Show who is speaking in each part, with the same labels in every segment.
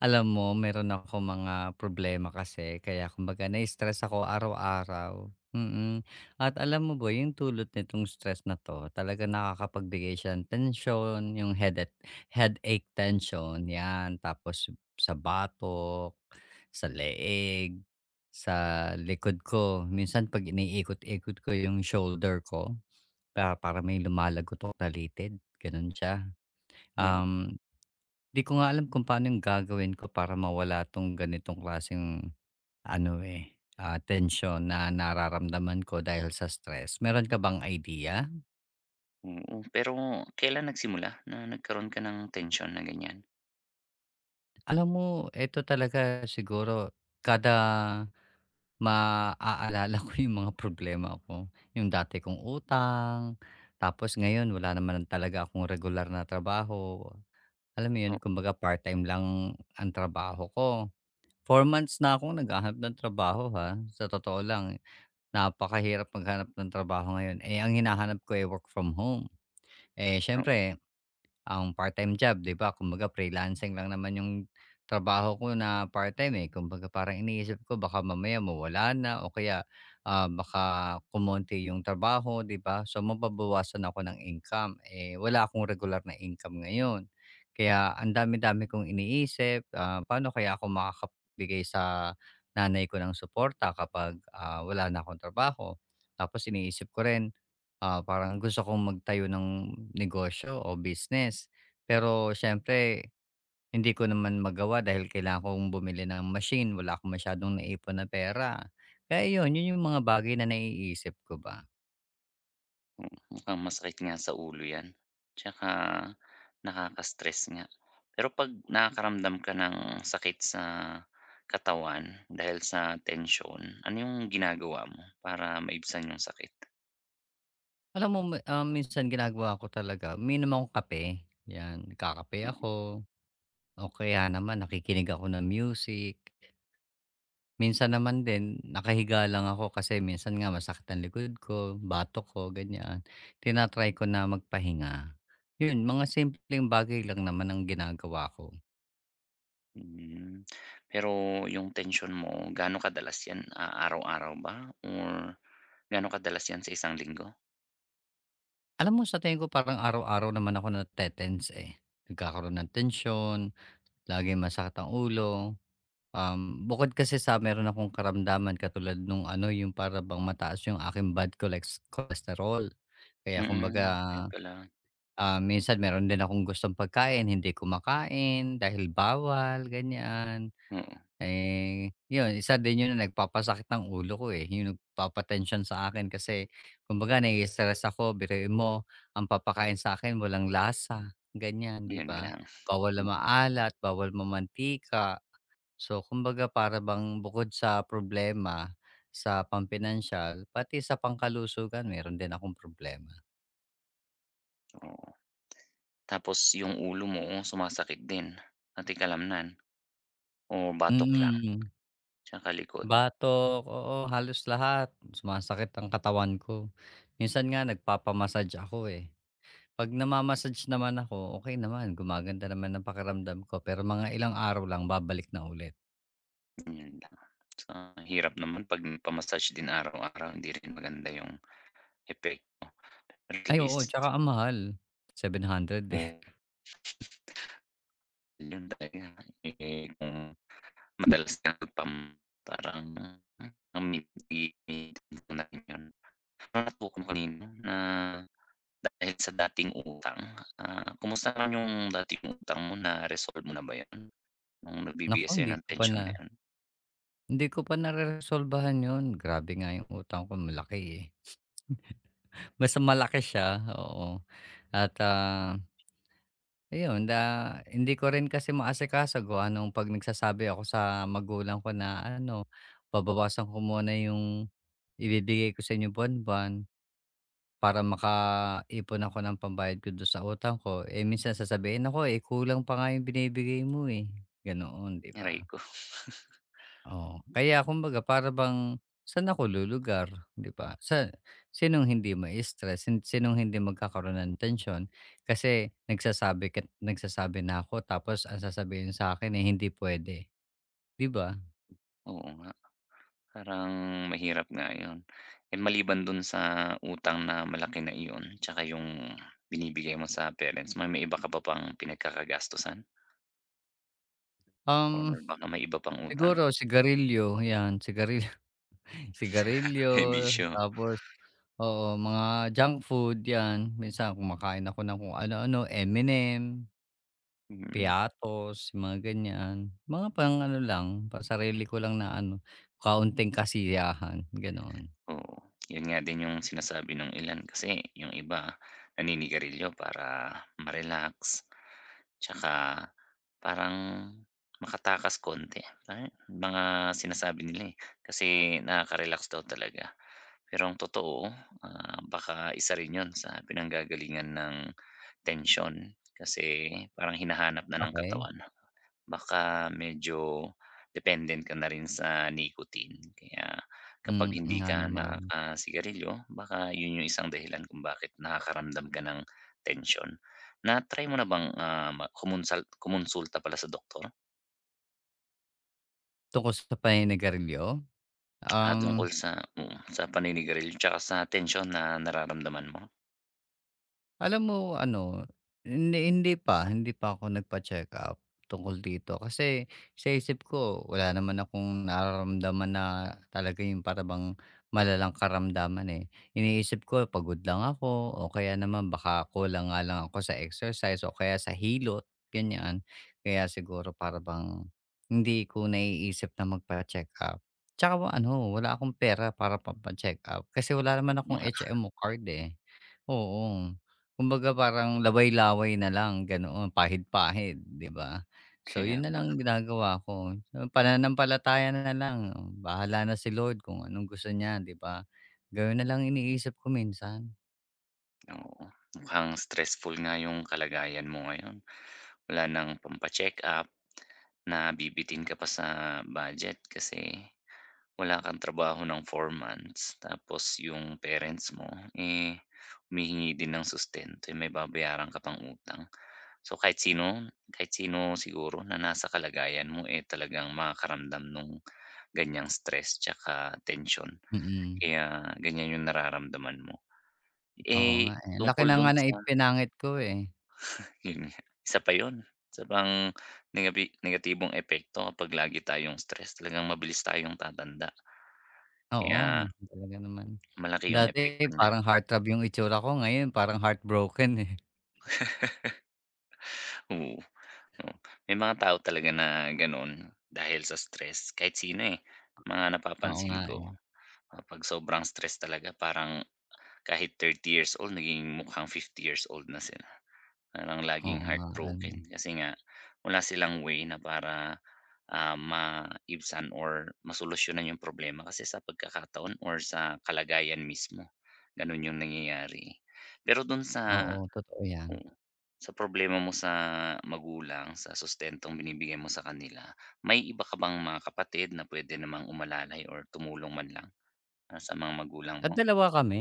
Speaker 1: Alam mo, meron ako mga problema kasi kaya kumbaga na-stress ako araw-araw. Mm. At alam mo ba yung dulot nitong stress na 'to, talagang nakakapagbigay siya ng tensyon, yung headache tension, 'yan. Tapos sa batok, sa leeg, sa likod ko. Minsan 'pag iniikot-ikot ko yung shoulder ko, para para may lumalagot o talitid, gano'n siya.
Speaker 2: Oo,
Speaker 1: Um Di ko nga alam kung paano yung gagawin ko para mawala 'tong ganitong klaseng ano, eh, tensyon na nararamdaman ko dahil sa stress. Meron ka bang idea?
Speaker 2: oo. Pero kailan nagsimula na nagkaroon ka ng tensyon na ganyan?
Speaker 1: Alam mo eto talaga siguro kada maaalala ko yung mga problema ko, yung dati kong utang, tapos ngayon wala naman talaga akong regular na trabaho. Alam mo yun,
Speaker 2: O
Speaker 1: kumbaga part-time lang ang trabaho ko. 4 months na akong naghahanap ng trabaho, ha, sa totoo lang. Napakahirap maghanap ng trabaho ngayon. Eh, ang hinahanap ko ay work from home. Eh,
Speaker 2: oo, oo.
Speaker 1: siyempre ang part-time job, 'di ba, kumbaga freelancing lang naman yung trabaho ko na part-time, eh. Kumbaga parang iniisip ko baka mamaya mawala na o kaya, baka kumonti yung trabaho, 'di ba? So mababawasan ako ng income, eh, wala akong regular na income ngayon. Kaya ang dami-dami kong iniisip, paano kaya ako makakabigay sa nanay ko ng suporta kapag, wala na akong trabaho? Tapos iniisip ko rin, parang gusto kong magtayo ng negosyo o business. Pero siyempre hindi ko naman magawa dahil kailangan kong bumili ng machine, wala akong masyadong naipon na pera. Kaya 'yun, 'yun yung mga bagay na naiisip ko ba.
Speaker 2: Mukhang masakit nga sa ulo 'yan, tsaka nakaka-stress nga. Pero 'pag nakakaramdam ka ng sakit sa katawan dahil sa tensyon, ano yung ginagawa mo para maibsan yung sakit?
Speaker 1: Alam mo, minsan ginagawa ko talaga, umiinom akong kape, 'yan, kakape
Speaker 2: Oo,
Speaker 1: ako o kaya naman nakikinig ako ng music. Minsan naman din nakahiga lang ako kasi minsan nga masakit ang likod ko, batok ko, ganyan. Tinatry ko na magpahinga. 'Yun, mga simpleng bagay lang naman ang ginagawa ko.
Speaker 2: hmm. Pero yung tension mo gaano kadalas 'yan, araw-araw ba or gaano kadalas 'yan sa isang linggo?
Speaker 1: Alam mo, sa tingin ko parang araw-araw naman ako natetense, eh. Nagkakaroon ng tensyon, laging masakit ang ulo. Bukod kasi sa meron akong karamdaman katulad nung ano, yung para bang mataas yung aking bad collex cholesterol. Kaya kumbaga,
Speaker 2: Mm, kaya pala,
Speaker 1: Minsan meron din akong gustong pagkain, hindi kumakain dahil bawal, ganyan.
Speaker 2: oo.
Speaker 1: Eh, yun isa din yun na nagpapasakit ng ulo ko, eh, yung nagpapa sa akin kasi kumbaga nai-stress ako, biruin mo ang papakain sa akin walang lasa, ganyan, 'di
Speaker 2: Yun
Speaker 1: ba?
Speaker 2: lang,
Speaker 1: Bawal na maalat, bawal mamantika. So, kumbaga para bang bukod sa problema sa pampinansyal, pati sa pangkalusugan meron din akong problema.
Speaker 2: oo. Tapos yung ulo mo oh, sumasakit din pati kalamnan o batok lang
Speaker 1: Mm.
Speaker 2: tsaka likod,
Speaker 1: Batok, oo, halos lahat. Sumasakit ang katawan ko. Minsan nga nagpapa ako, eh. 'Pag naman ako, okay naman, gumaganda naman ang pakiramdam ko, pero mga ilang araw lang babalik na ulit.
Speaker 2: yun lang. So, hirap naman 'pag nagpa-massage din araw-araw hindi rin maganda yung epekto. At
Speaker 1: Ay oo,
Speaker 2: least
Speaker 1: tsaka ang mahal, 700, eh.
Speaker 2: mo yun talaga, eh, kung madalas kang nagpam parang Natutukan ko kanina na dahil sa dating utang, kumusta naman yung dating utang mo, na-resolve mo na ba yun? Nung
Speaker 1: Naku,
Speaker 2: nagbi-BS yun ng tensyon na yun,
Speaker 1: hindi ko pa nareresolbahan 'yun. Grabe nga 'yung utang ko, malaki, eh. Basta malaki siya, oo, at, ayun, na hindi ko rin kasi maasikaso kung anong 'pag nagsasabi ako sa magulang ko na ano, babawasan ko muna yung ibibigay ko sa inyong buwan para makaipon ako ng pambayad ko dun sa utang ko. Eh, minsan sasabihin, "Naku, eh, kulang pa nga yung binibigay mo, eh." Ganoon, 'di ba?
Speaker 2: aray ko,
Speaker 1: Oo, kaya kumbaga para bang saan ako lulugar, 'di ba? Sa sinong hindi ma stress, sinong hindi magkakaroon ng tension kasi nagsasabi ka't nagsasabi na ako tapos ang sasabihin sa akin, eh, hindi puwede, 'di ba?
Speaker 2: oo nga. Parang mahirap nga yun. And maliban dun sa utang na malaki na iyon tsaka yung binibigay mo sa parents mo, may iba ka pa bang pinagkakagastusan or
Speaker 1: Um,
Speaker 2: baka may iba pang utang?
Speaker 1: Siguro sigarilyo 'yan, sigarilyo.
Speaker 2: Ay bisyo,
Speaker 1: Tapos oo, mga junk food 'yan. Minsan kumakain ako ng kung ano-ano, M&M.
Speaker 2: mm,
Speaker 1: Piatos, mga ganyan. Mga pang ano lang, pa sarili ko lang na ano, kaunting kasiyahan, gano'n.
Speaker 2: oo. Yun nga din yung sinasabi nung ilan kasi yung iba naninigarilyo para ma-relax. Tsaka parang makatakas konti, ay mga sinasabi nila, eh, kasi nakaka-relax daw talaga. Pero ang totoo, baka isa rin 'yun sa pinanggagalingan ng tension, kasi parang hinahanap na ng
Speaker 1: Okey,
Speaker 2: katawan. Baka medyo dependent ka na rin sa nicotine kaya kapag hindi
Speaker 1: nga
Speaker 2: ka
Speaker 1: naman.
Speaker 2: nakakasigarilyo baka yun yung isang dahilan kung bakit nakakaramdam ka ng tension. Na-try mo na bang, ah, ma kumonsal kumonsulta pala sa doktor,
Speaker 1: Tungkol sa paninigarilyo? Um
Speaker 2: tungkol sa oo, sa paninigarilyo tsaka sa tension na nararamdaman mo?
Speaker 1: Alam mo ano, hindi hindi pa ako nagpa-check-up tungkol dito. Kasi sa isip ko wala naman akong nararamdaman na talaga yung para malalang karamdaman, eh. Iniisip ko pagod lang ako o kaya naman baka kulang nga lang ako sa exercise o kaya sa hilot, ganyan. Kaya siguro para hindi ko naiisip na magpa-check-up. Tsaka ano, wala akong pera para pampa-check-up kasi wala naman akong
Speaker 2: Oo
Speaker 1: HMO card, eh. Oo. Kumbaga parang laway laway na lang, ganoon, pahid-pahid, 'di ba? So
Speaker 2: kaya.
Speaker 1: 'yun na lang ginagawa ko. So pananampalataya na lang, oh bahala na si Lord kung anong gusto niya, 'di ba? Gano'n na lang iniisip ko minsan.
Speaker 2: Oo, mukhang stressful nga yung kalagayan mo ngayon. Wala nang pampa-check-up, nabibitin ka pa sa budget kasi wala kang trabaho ng 4 months. Tapos yung parents mo, eh, humihingi din ng sustento, eh, may babayaran ka pang utang. So kahit sino siguro na nasa kalagayan mo, eh, talagang makakaramdam nung ganyang stress tsaka tension.
Speaker 1: Mm,
Speaker 2: Kaya ganyan yung nararamdaman mo.
Speaker 1: oo nga,
Speaker 2: Eh,
Speaker 1: eh. Ang laki
Speaker 2: tungkol
Speaker 1: na nga
Speaker 2: dun
Speaker 1: ng
Speaker 2: sa
Speaker 1: ipinangit ko, eh.
Speaker 2: yun nga, isa pa yun, isa pang negatibong epekto kapag lagi tayong stress talagang mabilis tayong tatanda. Kaya
Speaker 1: Oo, talaga naman.
Speaker 2: malaki yung epekto
Speaker 1: Dati
Speaker 2: niya,
Speaker 1: parang heartthrob 'yung itsura ko, ngayon parang heartbroken, eh.
Speaker 2: oo, oo. May mga tao talaga na gano'n dahil sa stress, kahit sino, eh. Mga
Speaker 1: Oo
Speaker 2: napapansin
Speaker 1: nga, eh.
Speaker 2: ko pag sobrang stress talaga parang kahit 30 years old naging mukhang 50 years old na sila. Parang laging
Speaker 1: Oo nga, ano.
Speaker 2: heartbroken kasi nga wala silang way na para, maibsan or masolusyunan yung problema kasi sa pagkakataon or sa kalagayan mismo, gano'n yung nangyayari, eh. Pero dun sa
Speaker 1: Oo, totoo 'yan.
Speaker 2: oo, sa problema mo sa magulang, sa sustentong binibigay mo sa kanila, may iba ka bang mga kapatid na pwede namang umalalay or tumulong man lang, sa mga magulang
Speaker 1: At
Speaker 2: mo?
Speaker 1: dalawa kami.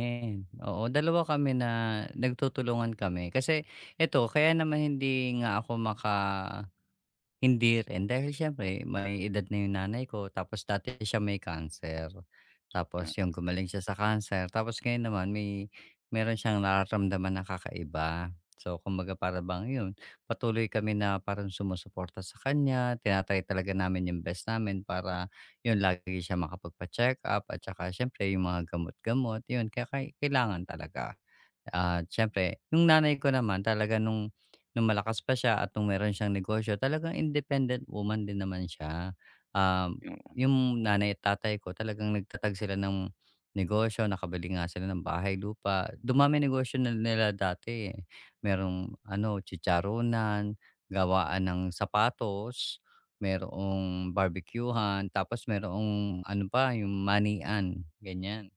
Speaker 1: Oo, dalawa kami na nagtutulungan kami. Kasi eto, kaya naman hindi nga ako hindi rin, dahil siyempre may edad na yung nanay ko tapos dati siya may cancer. Tapos
Speaker 2: Yung
Speaker 1: yung gumaling siya sa cancer, tapos ngayon naman meron siyang nararamdaman na kakaiba. So kumbaga para bang yun, patuloy kami na parang sumusuporta sa kanya, talaga namin yung best namin para yun lagi siya makapagpa-check-up at saka siyempre yung mga gamot-gamot, yun kaya kailangan talaga. At siyempre, yung nanay ko naman talaga nung malakas pa siya at nung meron siyang negosyo, talagang independent woman din naman siya. Um,
Speaker 2: yung
Speaker 1: yung nanay at tatay ko talagang nagtatag sila ng negosyo, nakabili nga sila ng bahay, lupa. Dumami negosyo na nila dati, eh. Merong ano, chicharonan, gawaan ng sapatos, merong barbecuehan, tapos merong ano pa, yung manian, ganyan.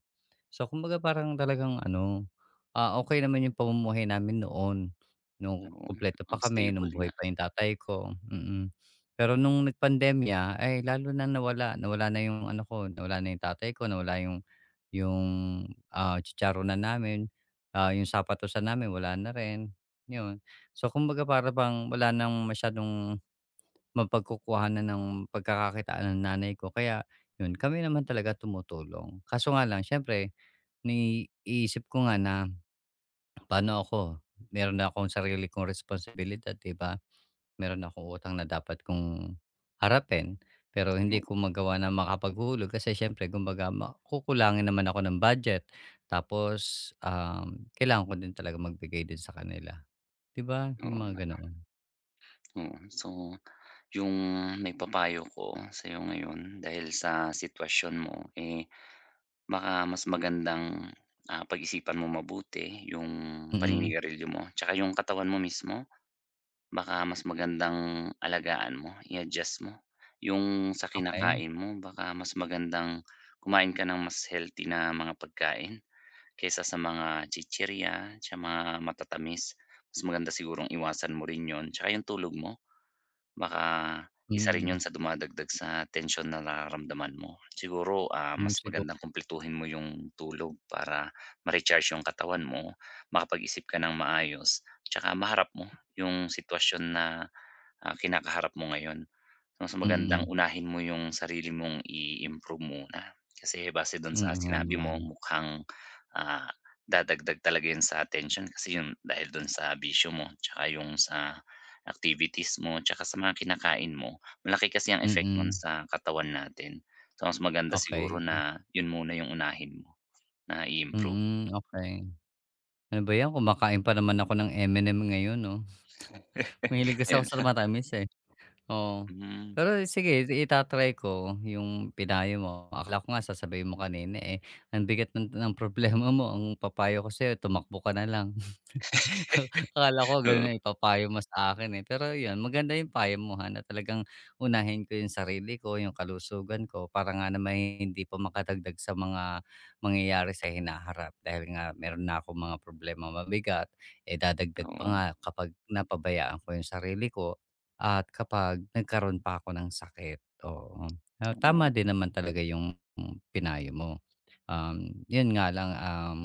Speaker 1: So kumbaga parang talagang ano, okay naman yung pamumuhay namin noon, nung
Speaker 2: oo,
Speaker 1: kumpleto pa
Speaker 2: ang
Speaker 1: kami, nung
Speaker 2: stable nga,
Speaker 1: buhay pa yung tatay ko. Pero nung nagpandemya, ay lalo na nawala, nawala na yung ano ko, nawala na yung tatay ko, nawala yung, chicharo na namin, yung sapatos sapatusan namin wala na rin, yun. So kumbaga para bang wala ng masyadong mapagkukuhanan ng pagkakakitaan ng nanay ko kaya yun, kami naman talaga tumutulong. Kaso nga lang siyempre, naiisip ko nga na paano ako, meron na akong sarili kong responsibilidad, 'di ba? Meron akong utang na dapat kong harapin, pero hindi
Speaker 2: oo,
Speaker 1: ko magawa na makapaghulog kasi siyempre kumbaga kukulangin naman ako ng budget. Tapos, kailangan ko din talaga magbigay din sa kanila, 'di ba? Yung
Speaker 2: oo
Speaker 1: mga ganoon.
Speaker 2: oo. So yung maipapayo ko sa sa'yo ngayon dahil sa sitwasyon mo, eh, baka mas magandang, pag-isipan mong mabuti yung
Speaker 1: Mm,
Speaker 2: paninigarilyo mo tsaka yung katawan mo mismo baka mas magandang alagaan mo, i-adjust mo. Yung sa
Speaker 1: okey.
Speaker 2: kinakain mo baka mas magandang kumain ka ng mas healthy na mga pagkain kaysa sa mga chichirya, sa mga matatamis. Mas maganda sigurong iwasan mo rin yon tsaka yung tulog mo. Baka isa rin
Speaker 1: Mm,
Speaker 2: 'yun sa dumadagdag sa tensyon na nararamdaman mo. Siguro,
Speaker 1: hmm,
Speaker 2: mas
Speaker 1: sigu
Speaker 2: magandang kumpletuhin mo yung tulog para ma-recharge yung katawan mo, makapag-isip ka ng maayos, 'tsaka maharap mo yung sitwasyon na kinakaharap mo ngayon. So, mas magandang
Speaker 1: mm,
Speaker 2: unahin mo yung sarili mong i-improve muna. Kasi base do'n
Speaker 1: mm
Speaker 2: sa
Speaker 1: nga
Speaker 2: sinabi
Speaker 1: naman.
Speaker 2: mo mukhang, ah, dadagdag talaga 'yun sa attention, kasi 'yun dahil do'n sa bisyo mo tsaka yung sa activities mo tsaka sa mga kinakain mo. Malaki kasi ang effect no'n
Speaker 1: Mm,
Speaker 2: sa katawan natin. So, mas maganda siguro
Speaker 1: okey.
Speaker 2: na 'yun muna yung unahin mo na i-improve.
Speaker 1: Mm, okey. Ano ba 'yan, kumakain pa naman ako ng M&M ngayon, 'no. Mahilig kasi ako
Speaker 2: Ayun,
Speaker 1: sa matamis, eh, oo.
Speaker 2: hmm,
Speaker 1: Pero sige, ita-try ko yung pinayo mo. Akala ko nga sasabihin mo kanina, eh, ang bigat ng problema mo, ang papayo ko sa'yo tumakbo ka na lang. Akala ko
Speaker 2: oo,
Speaker 1: gano'n, eh, ipapayo mo sa akin, eh. Pero 'yun, maganda 'yung payo mo, ha, na talagang unahin ko 'yung sarili ko, 'yung kalusugan ko para nga naman hindi pa makadagdag sa mga mangyayari sa hinaharap. Dahil nga meron na ako mga problema mabigat, eh, dadagdag pa
Speaker 2: oo,
Speaker 1: nga kapag napabayaan ko 'yung sarili ko at kapag nagkaroon pa ako ng sakit, oo. Ah, tama
Speaker 2: oo.
Speaker 1: din naman talaga 'yung pinayo mo. Yun nga lang,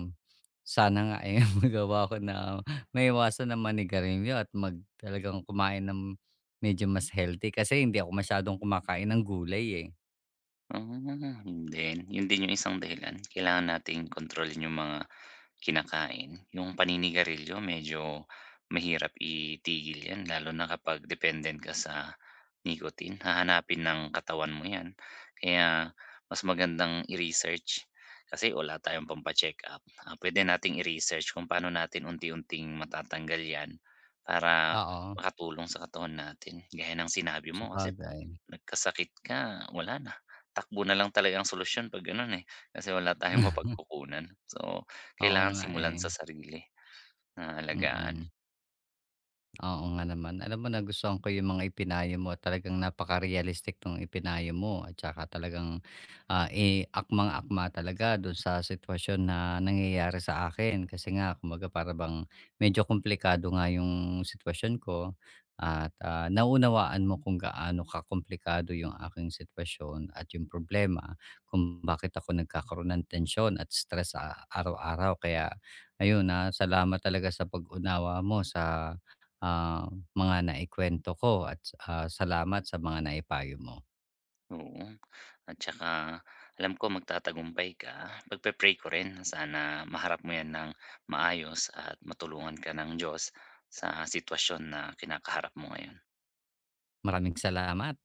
Speaker 1: sana nga, eh, magawa ko na may maiwasan na manigarilyo at talagang kumain ng medyo mas healthy kasi hindi ako masyadong kumakain ng gulay, eh.
Speaker 2: Hmm, yun din. Yun din yung isang dahilan. Kailangan nating kontrolin yung mga kinakain. Yung paninigarilyo medyo mahirap itigil yan lalo na kapag dependent ka sa nicotine. Hahanapin ng katawan mo yan. Kaya mas magandang i-research kasi wala tayong pampa-check-up. Ah, puwede nating i-research kung paano natin unti-unting matatanggal yan para
Speaker 1: Oo,
Speaker 2: makatulong sa katawan natin. Gaya ng sinabi mo kasi 'pag
Speaker 1: sabagay.
Speaker 2: nagkasakit ka, takbo na lang talaga ang solusyon 'pag gano'n, eh, kasi wala tayong mapagkukunan. So,
Speaker 1: Oo
Speaker 2: kailangan
Speaker 1: nga, eh,
Speaker 2: simulan sa sarili na alagaan,
Speaker 1: mm. Oo nga naman. Alam mo, nagustuhan ko yung mga ipinayo mo, talagang napaka-realistic nung ipinayo mo at saka talagang, eh, akmang-akma talaga dun sa sitwasyon na nangyayari sa akin. Kasi nga kumbaga para bang medyo komplikado nga yung sitwasyon ko at, naunawaan mo kung gaano kakomplikado yung aking sitwasyon at yung problema kung bakit ako nagkakaroon ng tensyon at stress sa araw-araw. Kaya ayun, na, salamat talaga sa pag-unawa mo sa ah, mga naikwento ko at, salamat sa mga naipayo mo.
Speaker 2: oo. At saka alam ko magtatagumpay ka, pagpe-pray ko rin sana maharap mo 'yan ng maayos at matulungan ka ng Diyos sa sitwasyon na kinakaharap mo ngayon.
Speaker 1: Maraming salamat.